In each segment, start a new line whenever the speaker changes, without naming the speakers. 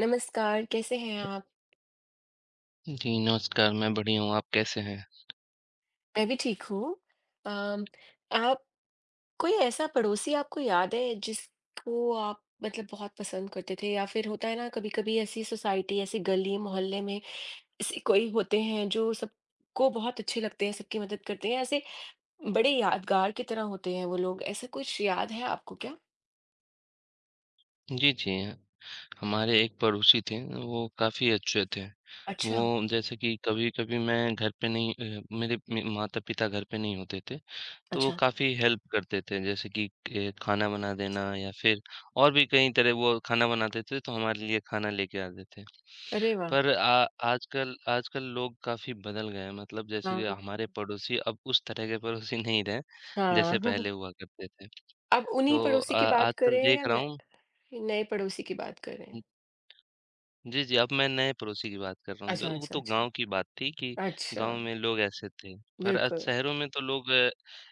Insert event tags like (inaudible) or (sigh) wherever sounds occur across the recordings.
नमस्कार, कैसे हैं आप?
जी, नमस्कार, मैं बढ़िया हूँ, आप कैसे हैं?
मैं भी ठीक हूँ। अम, आप कोई ऐसा पड़ोसी आपको याद है जिसको आप मतलब बहुत पसंद करते थे या फिर होता है ना कभी-कभी ऐसी सोसाइटी, ऐसी गली मोहल्ले में ऐसे कोई होते हैं जो सबको बहुत अच्छे लगते हैं, सबकी मदद करते हैं, ऐसे बड़े यादगार की तरह होते हैं वो लोग। ऐसा कुछ याद है आपको क्या?
जी, जी। हमारे एक पड़ोसी थे, वो काफ़ी अच्छे थे। वो
अच्छा,
जैसे कि कभी-कभी मैं घर पे नहीं, मेरे मे माता-पिता घर पे नहीं होते थे, तो वो
अच्छा।
काफ़ी हेल्प करते थे, जैसे कि खाना बना देना या फिर और भी कई तरह वो खाना बनाते थे, तो हमारे लिए खाना लेके आते थे।
अरे वाह!
पर आ आजकल आजकल लोग काफ़ी बदल गए हैं, मतलब जैसे कि
हाँ,
हमारे पड़ोसी अब उस तरह के पड़ोसी नहीं रहे, जैसे
हाँ। (laughs)
पहले हुआ करते थे।
आप उन्हीं
तो
पड़ोसी की बात कर
आजकल
रहे हैं या
देख रहा
न
हूँ।
नए पड़ोसी की बात कर रहे हैं?
हुँ, जी, जी, अब मैं नए पड़ोसी की बात कर रहा हूँ,
अच्छा,
वो
अच्छा,
तो
अच्छा।
गाँव की बात थी कि
अच्छा,
गाँव में लोग ऐसे थे, पर आज
बिल्कुल।
शहरों में तो लोग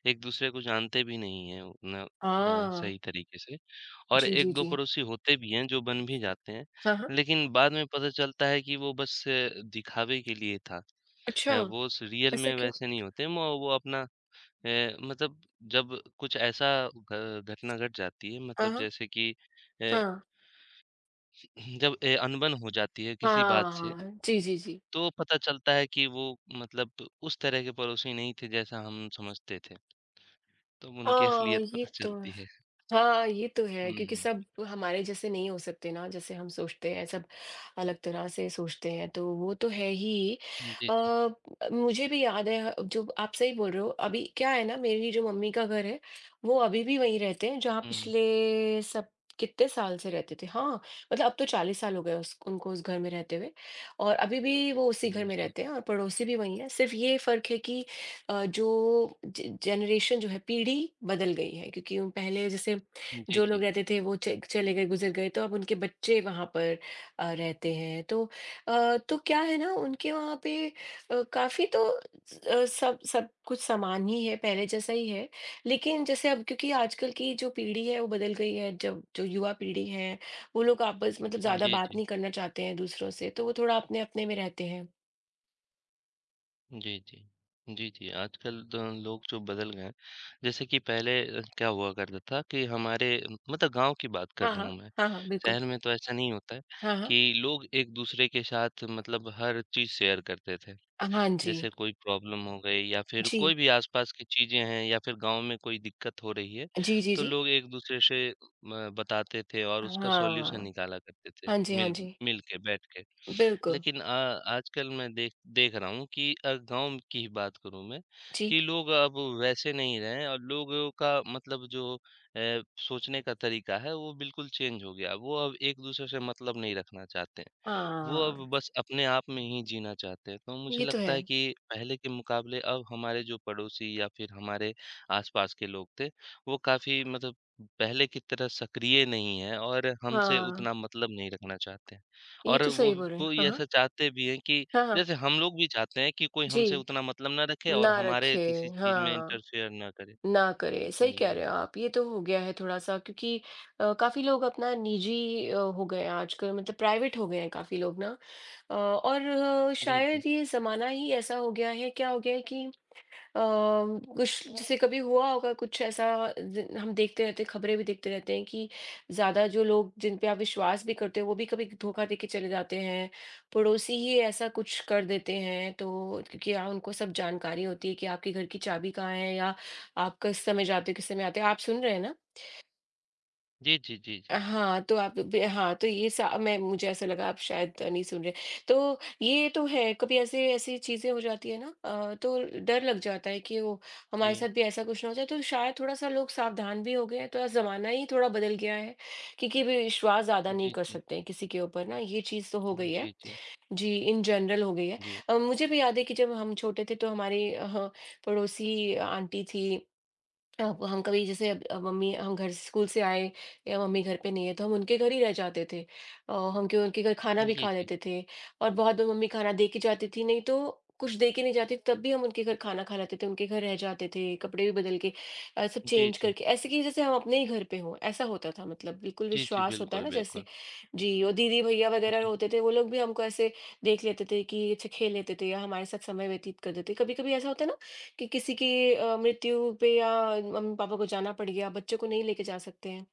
एक-दूसरे को जानते भी नहीं हैं उतना
हाँ,
सही तरीके से। और
जी, जी,
1-2
जी।
पड़ोसी होते भी हैं, जो बन भी जाते हैं,
हाँ, हाँ।
लेकिन बाद में पता चलता है कि वो बस दिखावे के लिए था।
अच्छा,
वो स रियल
ऐसा
में
क्यों?
वैसे नहीं होते। म वो अपना, अ, मतलब जब कुछ ऐसा घ घटना घट जाती है,
हाँ,
मतलब
हाँ।
जैसे कि अ जब अनबन हो जाती है किसी बात
हाँ,
से,
हाँ। जी, जी, जी।
तो पता चलता है कि वो, मतलब उस तरह के पड़ोसी नहीं थे जैसा हम समझते थे। तब उनकी
हाँ,
असलियत
ये
पता
तो
चलती है।
हाँ, ये तो
हुँ,
है क्योंकि
हुँ।
सब हमारे जैसे नहीं हो सकते ना, जैसे हम सोचते हैं सब अलग तरह से सोचते हैं, तो वो तो है ही।
जी, जी।
अ, मुझे भी याद है जो आप सही बोल रहे हो, अभी क्या है ना मेरी जो मम्मी का घर है, वो अभी भी वहीं रहते हैं जहाँ
हुँ, हुँ।
पिछले सब कितने साल से रहते थे। हाँ, मतलब अब तो 40 साल हो गए उस उनको उस घर में रहते हुए और अभी भी वो उसी घर में
जी।
रहते हैं और पड़ोसी भी वहीं हैं। सिर्फ ये फ़र्क है कि जो ज जनरेशन जो है पीढ़ी बदल गई है क्योंकि पहले जैसे
जी,
जो
जी।
लोग रहते थे वो च चले गए, गुज़र गए तो अब उनके बच्चे वहाँ पर रहते हैं। तो तो क्या है ना उनके वहाँ पे काफ़ी तो सब सब कुछ समान ही है, पहले जैसा ही है। लेकिन जैसे अब क्योंकि आजकल की जो पीढ़ी है वो बदल गई है, जब जो युवा पीढ़ी है वो लोग आपस मतलब ज़्यादा
जी,
बात
जी।
नहीं करना चाहते हैं दूसरों से, तो वो थोड़ा अपने-अपने में रहते हैं।
जी, जी। जी, जी। आजकल तो लोग जो बदल गए हैं, जैसे कि पहले क्या हुआ करता था कि हमारे, मतलब गाँव की बात कर
हाँ,
रहा
हाँ।
हूँ मैं,
हाँ, हाँ, बिल्कुल।
शहर में तो ऐसा नहीं होता है
हाँ, हाँ।
कि लोग एक-दूसरे के साथ मतलब हर चीज़ शेयर करते थे।
हाँ जी।
जैसे कोई प्रॉब्लम हो गई या फिर
जी।
कोई भी आसपास की चीज़ें हैं या फिर गाँव में कोई दिक्कत हो रही है,
जी, जी,
तो
जी।
लोग एक-दूसरे से म बताते थे और उसका
हाँ।
सॉल्यूशन निकाला करते थे,
हाँ जी, हाँ
मिल
जी।
मिल के, बैठ के।
बिल्कुल।
लेकिन आजकल मैं देख देख रहा हूँ कि गाँव की ही बात करूँ मैं
जी।
कि लोग अब वैसे नहीं रहे हैं और लोगों का मतलब जो सोचने का तरीका है, वो बिल्कुल चेंज हो गया। वो अब एक-दूसरे से मतलब नहीं रखना चाहते हैं। वो
हाँ,
अब बस अपने आप में ही जीना चाहते हैं। तो मुझे
ये तो
लगता
है।
है कि पहले के मुकाबले अब हमारे जो पड़ोसी या फिर हमारे आस-पास के लोग थे, वो काफ़ी, मतलब पहले की तरह सक्रिय नहीं हैं और हमसे
हाँ,
उतना मतलब नहीं रखना चाहते हैं।
ये
और
तो
वो
सही बोल रहे हैं।
वो
हाँ,
ये ऐसा
हाँ।
चाहते भी हैं कि
हाँ, हाँ।
जैसे हम लोग भी चाहते हैं कि कोई हमसे
जी,
उतना मतलब ना रखे और
ना
हमारे
रखे,
किसी चीज़ में
हाँ,
इंटरफेयर ना करे।
ना करे। सही कह
जी।
रहे हो आप, ये तो हो गया है थोड़ा-सा क्योंकि काफ़ी लोग अपना निजी हो गए हैं आजकल मतलब प्राइवेट हो गए हैं काफ़ी लोग ना। और
जी, जी।
शायद ये ज़माना ही ऐसा हो गया है, क्या हो गया है कि कुछ जैसे कभी हुआ होगा कुछ ऐसा हम देखते रहते हैं खबरें भी देखते रहते हैं कि ज्यादा जो लोग जिन पे आप विश्वास भी करते हो वो भी कभी धोखा दे के चले जाते हैं पड़ोसी ही ऐसा कुछ कर देते हैं तो क्योंकि यहाँ उनको सब जानकारी होती है कि आपके घर की चाबी कहाँ है या आप किस समय जाते हो किस समय आते हो आप सुन रहे हैं ना
जी, जी, जी, जी।
हाँ, तो आप बे हाँ, तो ये सा मैं मुझे ऐसा लगा आप शायद नहीं सुन रहे। तो ये तो है, कभी ऐसे ऐसी चीज़ें हो जाती है ना तो डर लग जाता है कि वो हमारे
जी।
साथ भी ऐसा कुछ ना हो जाए, तो शायद थोड़ा-सा लोग सावधान भी हो गए हैं, थोड़ा ज़माना ही थोड़ा बदल गया है, क्योंकि अभी विश्वास ज़्यादा नहीं
जी,
कर
जी।
सकते हैं किसी के ऊपर ना, ये चीज़ तो हो गई है।
जी, जी।
जी, इन जनरल हो गई है।
जी।
मुझे भी याद है कि जब हम छोटे थे तो हमारे अ, ह पड़ोसी आंटी थी अब हम कभी जैसे अब मम्मी हम घर स्कूल से आए या मम्मी घर पे नहीं है तो हम उनके घर ही रह जाते थे और हम क्यों उनके घर खाना भी
जी,
खा
जी।
लेते थे और बहुत बार मम्मी खाना दे के जाती थी नहीं तो कुछ दे के नहीं जाती तब भी हम उनके घर खाना खा लेते थे उनके घर रह जाते थे कपड़े भी बदल के सब
जी,
चेंज
जी।
करके ऐसे कि जैसे हम अपने ही घर पे हों ऐसा होता था मतलब बिल्कुल
जी, जी,
विश्वास होता है
बिल्कुल,
ना
बिल्कुल।
जैसे जी और दीदी भैया वगैरह
जी।
होते थे वो लोग भी हमको ऐसे देख लेते थे कि अच्छा खेल लेते थे या हमारे साथ समय व्यतीत कर देते कभी कभी ऐसा होता है ना कि किसी की मृत्यु पे या मम्मी-पापा को जाना पड़ गया, बच्चों को नहीं लेके जा सकते हैं।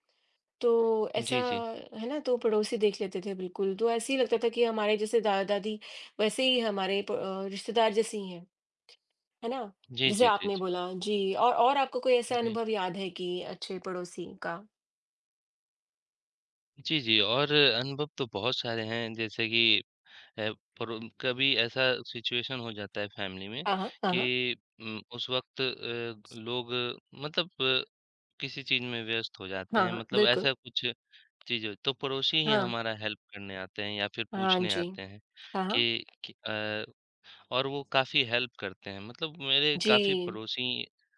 तो ऐसा
जी, जी।
है ना, तो पड़ोसी देख लेते थे बिल्कुल, तो ऐसे ही लगता था कि हमारे जैसे दादा-दादी वैसे ही हमारे रिश्तेदार जैसे ही हैं। है ना?
जी,
जैसे
जी, जी,
आपने
जी।
बोला जी और आपको कोई ऐसा
जी।
अनुभव याद है कि अच्छे पड़ोसी का?
जी, जी और अनुभव तो बहुत सारे हैं। जैसे कि अ, पर कभी ऐसा सिचुएशन हो जाता है फैमिली में
हाँ, हाँ। हाँ, हाँ।
कि उस वक़्त लोग, मतलब किसी चीज़ में व्यस्त हो जाते
हाँ,
हैं,
हाँ,
मतलब
बिल्कुल।
ऐसा कुछ चीज़ हो तो पड़ोसी ही
हाँ।
हमारा हेल्प करने आते हैं या फिर
हाँ
पूछने
जी।
आते हैं
हाँ, हाँ।
कि अ और वो काफ़ी हेल्प करते हैं। मतलब मेरे काफ़ी
जी।
पड़ोसी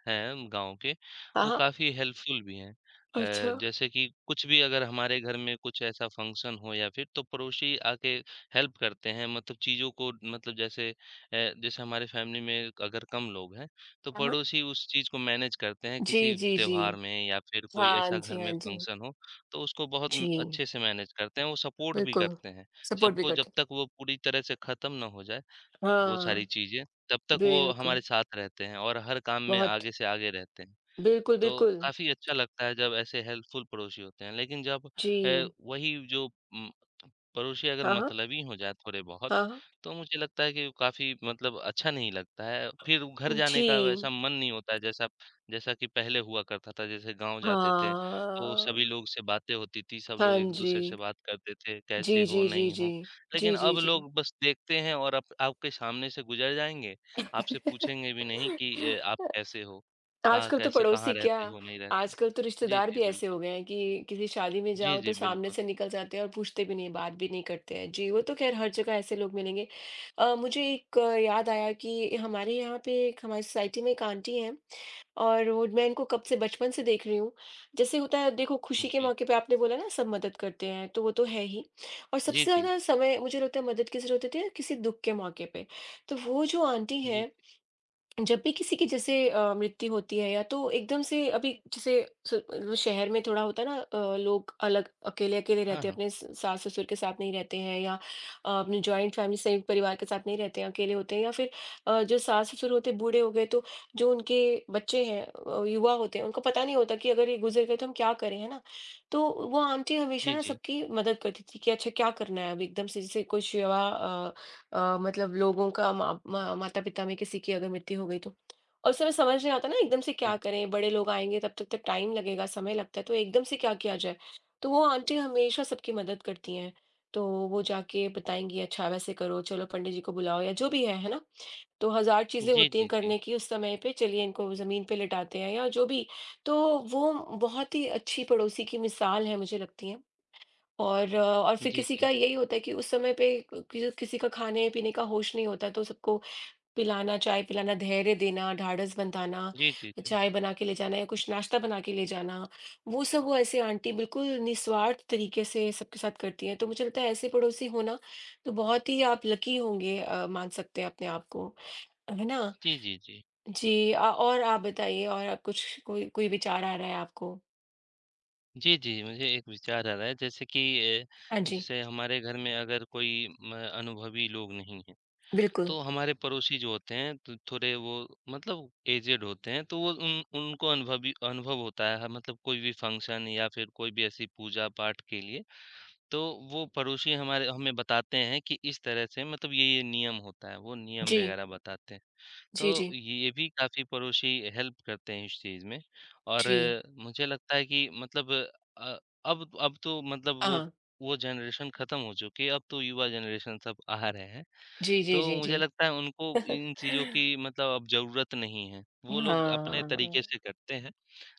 हैं गाँव के,
हाँ,
वो
हाँ।
काफ़ी हेल्पफुल भी हैं।
अच्छा।
जैसे कि कुछ भी अगर हमारे घर में कुछ ऐसा फंक्शन हो या फिर तो पड़ोसी आके हेल्प करते हैं, मतलब चीज़ों को, मतलब जैसे जैसे हमारे फैमिली में अगर कम लोग हैं, तो
हाँ, हाँ।
पड़ोसी उस चीज़ को मैनेज करते हैं
जी,
किसी
जी, जी।
त्योहार में या फिर कोई
हाँ
ऐसा घर
जी,
में
हाँ जी।
फंक्शन हो, तो उसको बहुत
जी।
अच्छे से मैनेज करते हैं, वो सपोर्ट भी
बिल्कुल,
करते हैं।
सपोर्ट भी
सबको, जब
कठिन
तक वो पूरी तरह से ख़त्म ना हो जाए, वो सारी
हाँ,
चीज़ें, तब तक वो
बिल्कुल,
हमारे साथ रहते हैं और हर काम में
बहुत
आगे से आगे रहते हैं।
बिल्कुल,
तो
बिल्कुल।
काफ़ी अच्छा लगता है जब ऐसे हेल्पफुल पड़ोसी होते हैं। लेकिन जब
जी,
अ, वही जो पड़ोसी अगर
हाँ, हाँ,
मतलबी हो जाए थोड़े बहुत,
हाँ, हाँ।
तो मुझे लगता है कि काफ़ी, मतलब अच्छा नहीं लगता है। फिर घर जाने का वैसा
जी,
मन नहीं होता है जैसा जैसा कि पहले हुआ करता था। जैसे गाँव जाते थे तो सभी
हाँ,
लोग से बातें होती थी, सब लोग
हाँ जी।
एक-दूसरे से बात करते थे,
जी,
कैसे
जी,
हो,
जी,
नहीं
जी।
हो। लेकिन
जी, जी,
अब
जी।
लोग बस देखते हैं और आप आपके सामने से गुज़र जाएँगे, आपसे पूछेंगे भी नहीं कि आप
(laughs) (laughs)
कैसे हो? कहाँ
आजकल तो
कैसे, कहाँ
पड़ोसी क्या,
रहते हो, नहीं रहते हो।
आजकल तो
जी,
रिश्तेदार
जी,
भी ऐसे हो
बिल्कुल।
गए हैं कि किसी शादी में
जी,
जाओ
जी,
तो सामने
बिल्कुल।
से निकल जाते हैं और पूछते भी नहीं, बात भी नहीं करते हैं। जी, वो तो खैर हर जगह ऐसे लोग मिलेंगे। मुझे एक याद आया कि हमारे यहाँ पे एक हमारी सोसाइटी में एक आंटी हैं और वो मैं इनको कब से बचपन से देख रही हूँ। जैसे होता है देखो खुशी के
जी।
मौके पे आपने बोला ना सब मदद करते हैं, तो वो तो है ही और
जी,
सबसे
जी।
ज़्यादा समय मुझे लगता है मदद किसे ज़रूरत होती है, किसी दुःख के मौके पे। तो वो जो आंटी
जी,
हैं
जी।
जब भी किसी की जैसे मृत्यु होती है या तो एकदम से अभी जैसे मतलब शहर में थोड़ा होता है ना लोग अलग अकेले अकेले
हाँ,
रहते हैं
हाँ।
अपने सास ससुर के साथ नहीं रहते हैं या अपने जॉइंट फैमिली संयुक्त परिवार के साथ नहीं रहते हैं अकेले होते हैं या फिर जो सास ससुर होते हैं बूढ़े हो गए तो जो उनके बच्चे हैं युवा होते हैं उनको पता नहीं होता कि अगर ये गुजर गए तो हम क्या करें है ना तो वो आंटी हमेशा
जी,
ना
जी।
सबकी मदद करती थी कि अच्छा क्या करना है अब एकदम से जैसे कोई सेवा मतलब लोगों का मा मा माता-पिता में किसी की अगर मृत्यु हो गई तो? और उस समय समझ नहीं आता ना एकदम से क्या
जी।
करें, बड़े लोग आएँगे तब तक तो टाइम लगेगा, समय लगता है, तो एकदम से क्या किया जाए? तो वो आंटी हमेशा सबकी मदद करती हैं, तो वो जाके बताएँगी, "अच्छा वैसे करो, चलो पंडित जी को बुलाओ" या जो भी है ना? तो हज़ार चीज़ें
जी,
होती हैं
जी, जी।
करने की उस समय पे, चलिए इनको ज़मीन पे लिटाते हैं या जो भी। तो वो बहुत ही अच्छी पड़ोसी की मिसाल है मुझे लगती है। और और फिर
जी,
किसी
जी।
का यही होता है कि उस समय पे किसी का खाने पीने का होश नहीं होता तो सबको पिलाना चाय पिलाना धैर्य देना ढाढ़स बंधाना
जी, जी, जी।
चाय बना के ले जाना या कुछ नाश्ता बना के ले जाना वो सब वो ऐसे आंटी बिल्कुल निस्वार्थ तरीके से सबके साथ करती हैं तो मुझे लगता है ऐसे पड़ोसी होना तो बहुत ही आप लकी होंगे मान सकते हैं अपने आप को है ना
जी, जी, जी।
जी और आप बताइए और आप कुछ कोई कोई विचार आ रहा है आपको
जी, जी, मुझे एक विचार आ रहा है। जैसे कि
हाँ जी
जैसे हमारे घर में अगर कोई म अनुभवी लोग नहीं हैं,
बिल्कुल
तो हमारे पड़ोसी जो होते हैं तो थोड़े वो, मतलब एजेड होते हैं, तो वो, उन उनको अनुभव होता है, मतलब कोई भी फंक्शन या फिर कोई भी ऐसी पूजा-पाठ के लिए, तो वो पड़ोसी हमारे हमें बताते हैं कि इस तरह से, मतलब ये-ये नियम होता है, वो नियम
जी
वगैरह बताते हैं।
जी
तो
जी
ये भी काफ़ी पड़ोसी हेल्प करते हैं इस चीज़ में। और
जी
मुझे लगता है कि मतलब अ, अब तो, मतलब वो
हाँ
वो जनरेशन खत्म हो चुकी है, अब तो युवा जनरेशन सब आ रहे हैं।
जी,
तो
जी, जी,
मुझे
जी।
लगता है उनको
(laughs)
इन चीज़ों
हाँ,
की, मतलब अब ज़रूरत नहीं है। वो लोग अपने तरीके से करते हैं।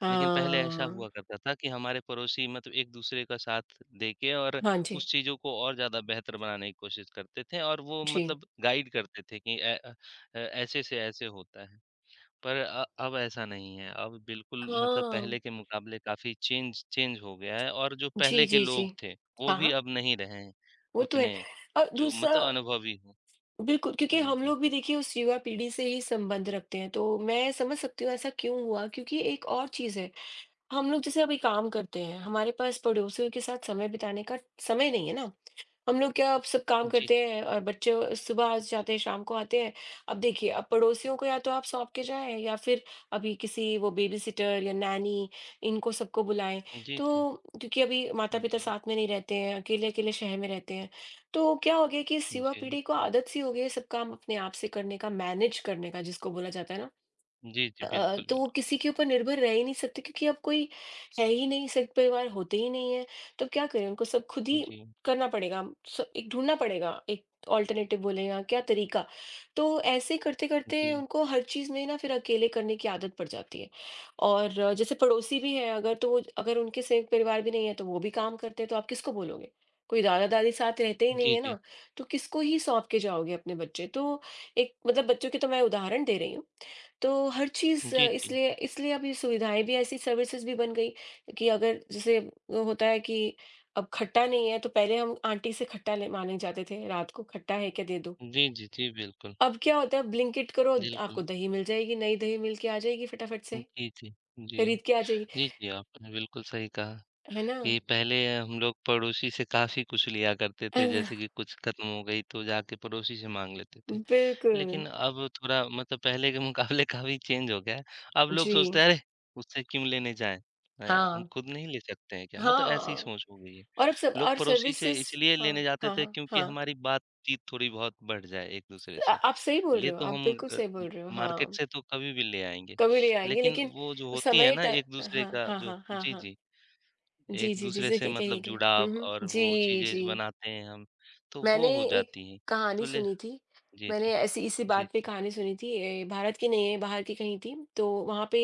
हाँ,
लेकिन पहले ऐसा हुआ करता था कि हमारे पड़ोसी, मतलब एक-दूसरे का साथ देके और
हाँ जी,
उस चीज़ों को और ज़्यादा बेहतर बनाने की कोशिश करते थे और वो,
जी।
मतलब गाइड करते थे कि ऐसे से ऐसे होता है। पर अब ऐसा नहीं है। अब बिल्कुल, मतलब
हाँ,
पहले के मुकाबले काफ़ी चेंज चेंज हो गया है और जो
जी,
पहले के
जी, जी।
लोग थे, वो
हाँ,
भी
हाँ,
अब नहीं रहे हैं
वो तो है
उतने,
और
जो
दूसरा
मतलब अनुभवी हों।
बिल्कुल, क्योंकि
जी,
हम
जी।
लोग भी देखिए उस युवा पीढ़ी से ही संबंध रखते हैं, तो मैं समझ सकती हूँ ऐसा क्यों हुआ क्योंकि एक और चीज़ है, हम लोग जैसे अभी काम करते हैं, हमारे पास पड़ोसियों के साथ समय बिताने का समय नहीं है ना। हम लोग क्या अब सब काम
जी,
करते
जी।
हैं और बच्चे सुबह आ जाते हैं शाम को आते हैं अब देखिए अब पड़ोसियों को या तो आप सौंप के जाएं या फिर अभी किसी वो बेबी सिटर या नैनी इनको सबको बुलाएं
जी, जी।
तो क्योंकि अभी माता पिता
जी।
साथ में नहीं रहते हैं अकेले अकेले शहर में रहते हैं तो क्या हो गया कि इस युवा
जी।
पीढ़ी को आदत सी हो गई है सब काम अपने आप से करने का मैनेज करने का जिसको बोला जाता है ना
जी, जी। बिल्कुल,
तो वो
बिल्कुल।
किसी के ऊपर निर्भर रह ही नहीं सकते क्योंकि अब कोई है ही नहीं, सग परिवार होते ही नहीं है। तो क्या करें उनको सब खुद ही
जी,
करना पड़ेगा, स एक ढूँढना पड़ेगा, एक ऑल्टरनेटिव बोले या क्या तरीका। तो ऐसे करते-करते
जी।
उनको हर चीज़ में ना फिर अकेले करने की आदत पड़ जाती है। और जैसे पड़ोसी भी हैं अगर तो वो अगर उनके संयुक्त परिवार भी नहीं है तो वो भी काम करते हैं, तो आप किसको बोलोगे? कोई दादा-दादी साथ रहते ही नहीं
जी,
है
जी।
ना, तो किसको ही सौंप के जाओगे अपने बच्चे? तो एक मतलब बच्चों के तो मैं उदाहरण दे रही हूँ। तो हर चीज़
जी, जी।
इसलिए इसलिए अब ये सुविधाएँ भी ऐसी सर्विसेज़ भी बन गई कि अगर जैसे वो होता है कि अब खट्टा नहीं है, तो पहले हम आंटी से खट्टा ले माँगने जाते थे रात को, "खट्टा है क्या? दे दो।"
जी, जी, जी, बिल्कुल।
अब क्या होता है ब्लिंकिट करो,
बिल्कुल।
आपको दही मिल जाएगी, नई दही मिल के आ जाएगी फटाफट से,
जी, जी। जी।
खरीद के आ जाएगी,
जी, जी, आपने बिल्कुल सही कहा
है ना?
कि पहले हम लोग पड़ोसी से काफ़ी कुछ लिया करते थे, जैसे
(laughs)
कि कुछ खत्म हो गई तो जाके पड़ोसी से माँग लेते थे।
बिल्कुल।
लेकिन अब थोड़ा, मतलब पहले के मुकाबले (laughs) काफ़ी चेंज हो गया है। अब लोग
जी।
सोचते हैं, "अरे! उससे क्यों लेने जाएँ? हम
हाँ।
खुद नहीं ले सकते हैं क्या?" मतलब ऐसी
हाँ,
सोच हो गई है।
और अब सब
लोग
और
पड़ोसी से
सर्विसेज़
इसलिए लेने
हाँ,
जाते
हाँ,
थे
हाँ,
क्योंकि
हाँ।
हमारी बातचीत थोड़ी बहुत बढ़ जाए एक-दूसरे से।
आप सही बोल
ले
रहे हो,
तो
आप
हम,
बिल्कुल सही बोल रहे हो,
मार्केट
हाँ।
से तो कभी भी ले आएँगे।
कभी ले आएँगे
लेकिन
लेकिन
वो जो होती है
समय
ना,
ट
एक-दूसरे
हाँ,
का
हाँ,
जो,
हाँ, हाँ,
जी,
हाँ।
जी।
जी, जी, जी,
एक-दूसरे
जैसे
से,
क कहिए,
मतलब
कहिए। हुँ,
जुड़ाव
हुँ।
और वो
जी, जी।
चीज़ें बनाते हैं हम, तो
मैंने
वो हो
एक
जाती हैं। तो
कहानी
ले
सुनी थी।
जी,
मैंने
जी।
ऐसी इसी
जी,
बात पे
जी।
कहानी सुनी थी ए, भारत की नहीं है, बाहर की कहीं थी। तो वहाँ पे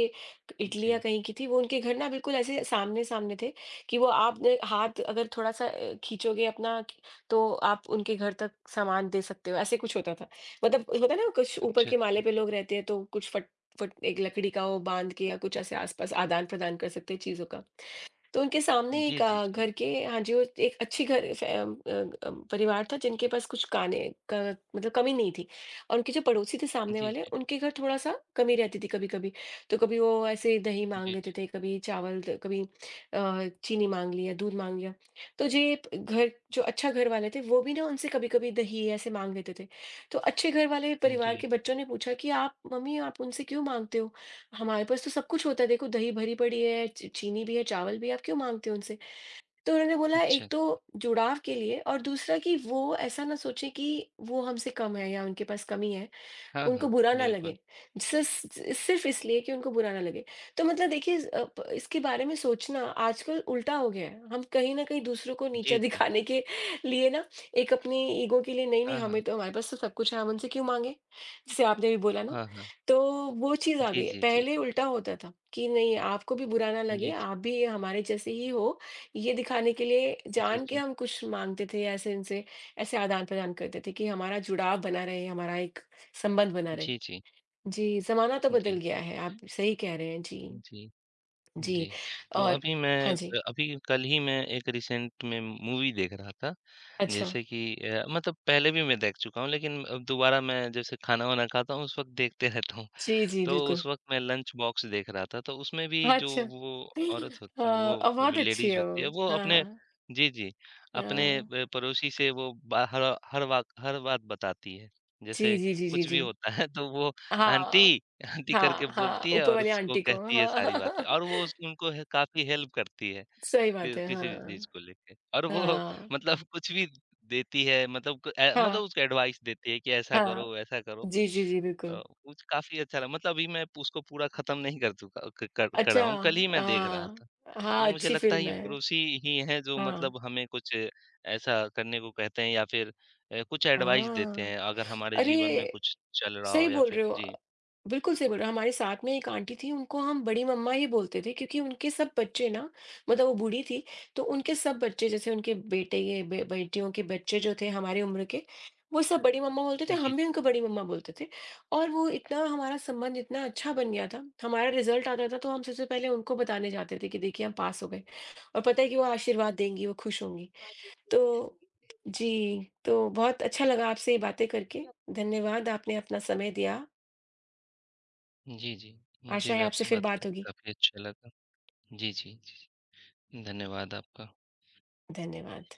इटली या
जी।
कहीं की थी। वो उनके घर ना बिल्कुल ऐसे सामने-सामने थे कि वो आपने हाथ अगर थोड़ा-सा खींचोगे अपना कि- तो आप उनके घर तक सामान दे सकते हो, ऐसे कुछ होता था। मतलब होता है ना कुछ ऊपर
अच्छा,
के
अच्छा।
माले पे लोग रहते हैं तो कुछ फट फट एक लकड़ी का वो बाँध के या कुछ ऐसे आस-पास आदान-प्रदान कर सकते हैं चीज़ों का। तो उनके सामने
जी,
एक
जी, जी, जी।
घर के हाँ जी, वो एक अच्छी घर फ़े परिवार था जिनके पास कुछ खाने का मतलब कमी नहीं थी और उनके जो पड़ोसी थे सामने
जी,
वाले,
जी।
उनके घर थोड़ा-सा कमी रहती थी कभी-कभी। तो कभी वो ऐसे दही माँग
जी, जी।
लेते थे, कभी चावल त कभी चीनी माँग लिया, दूध माँग लिया। तो जो ये प घर जो अच्छा घर वाले थे, वो भी ना उनसे कभी-कभी दही ऐसे माँग लेते थे। तो अच्छे घर वाले परिवार
जी।
के बच्चों ने पूछा कि, "आप मम्मी आप उनसे क्यों माँगते हो? हमारे पास तो सब कुछ होता है देखो दही भरी पड़ी है ची- चीनी भी है चावल भी है, आप क्यों मांगते हो उनसे।" तो उन्होंने बोला एक
अच्छा।
तो जुड़ाव के लिए और दूसरा कि वो ऐसा ना सोचे कि वो हमसे कम है या उनके पास कमी है,
हाँ,
उनको
हाँ।
बुरा ना
बिल्कुल।
लगे। सिस सिर्फ़ इसलिए कि उनको बुरा ना लगे। तो मतलब देखिए इस- अ, प इसके बारे में सोचना आजकल उल्टा हो गया है। हम कहीं न कहीं दूसरों को नीचा
जी,
(laughs)
जी।
दिखाने के लिए ना एक अपनी ईगो के लिए नहीं, नहीं
हाँ, हाँ।
हमें तो हमारे पास तो सब कुछ है, हम उनसे क्यों माँगे? जैसे आपने भी बोला ना,
हाँ, हाँ।
तो वो चीज़ आ
जी,
गई है।
जी, जी।
पहले उल्टा होता था कि नहीं आपको भी बुरा ना लगे,
जी, जी।
आप भी हमारे जैसे ही हो, ये दिखाने के लिए
जी,
जान के
जी।
हम कुछ माँगते थे ऐसे इनसे, ऐसे आदान-प्रदान करते थे कि हमारा जुड़ाव बना रहे, हमारा एक संबंध बना रहे।
जी, जी।
जी, ज़माना तो बदल
जी।
गया है, आप सही कह रहे हैं। जी,
जी। जी,
जी
तो
और हाँ जी,
अभी कल ही मैं एक रिसेंट में मूवी देख रहा था।
अच्छा।
जैसे कि मतलब पहले भी मैं देख चुका हूँ लेकिन अब दोबारा, मैं जैसे खाना-वाना खाता हूँ उस वक़्त देखते रहता हूँ।
जी, जी,
तो
बिल्कुल।
उस वक़्त मैं लंच बॉक्स देख रहा था, तो उसमें भी
हाँ,
जो
अच्छा।
वो औरत होत
हाँ,
वो
बहुत अच्छी
लेडीज़
है वो।
होती है, वो
हाँ,
अपने,
हाँ,
जी, जी, अपने
हाँ।
ब पड़ोसी से वो बा हर हर वाक हर बात बताती है।
जी,
जैसे
जी, जी, जी,
कुछ भी
जी।
होता है तो वो
हाँ,
आंटी, आंटी करके
हाँ, हाँ,
बोलती है
ऊपर
और
वाली
उसको
आंटी को।
कहती है
हाँ,
सारी बातें
हाँ,
और वो, उस उनको है, काफ़ी हेल्प करती है
सही बात
कि
है।
किसी भी चीज़
हाँ,
को लेके। और वो (laughs)
हाँ,
मतलब कुछ भी देती है, मतलब
हाँ,
मतलब उसको एडवाइस देती है कि ऐसा
हाँ।
करो, वैसा करो।
जी, जी, जी,
तो
बिल्कुल।
कुछ काफ़ी अच्छा लगा, मतलब अभी मैं उसको पूरा खत्म नहीं कर चुका, क कर करा
अच्छा,
हूँ, कल ही मैं देख रहा था।
हाँ,
तो
हाँ,
मुझे
अच्छी
लगता है
फ़िल्म
ये
है।
पड़ोसी ही हैं जो,
हाँ,
मतलब हमें कुछ ऐसा करने को कहते हैं या फिर कुछ एडवाइस देते
हाँ।
हैं अगर हमारे जीवन में
अरे,
कुछ चल रहा हो,
सही
या
बोल
फिर
रहे हो।
जी।
बिल्कुल सही बोल रहे हो। हमारे साथ में एक आंटी थी, उनको हम बड़ी मम्मा ही बोलते थे क्योंकि उनके सब बच्चे ना मतलब वो बूढ़ी थी, तो उनके सब बच्चे जैसे उनके बेटे ये बे बेटियों के बच्चे जो थे हमारी उम्र के, वो सब बड़ी मम्मा बोलते थे,
जी, जी।
हम भी उनको बड़ी मम्मा बोलते थे। और वो इतना हमारा संबंध इतना अच्छा बन गया था, हमारा रिज़ल्ट आता था तो हम सबसे पहले उनको बताने जाते थे कि देखिए हम पास हो गए और पता है कि वो आशीर्वाद देंगी, वो खुश होंगी।
बात देखकर खुश
तो
होंगे।
जी, तो बहुत अच्छा लगा आपसे ये बातें करके। धन्यवाद, आपने अपना समय दिया।
जी, जी। मुझे
आशा
भी
है आपसे
आपसे
फिर
बात
बात
करके
होगी।
काफ़ी अच्छा लगा। जी, जी, जी। धन्यवाद आपका।
धन्यवाद।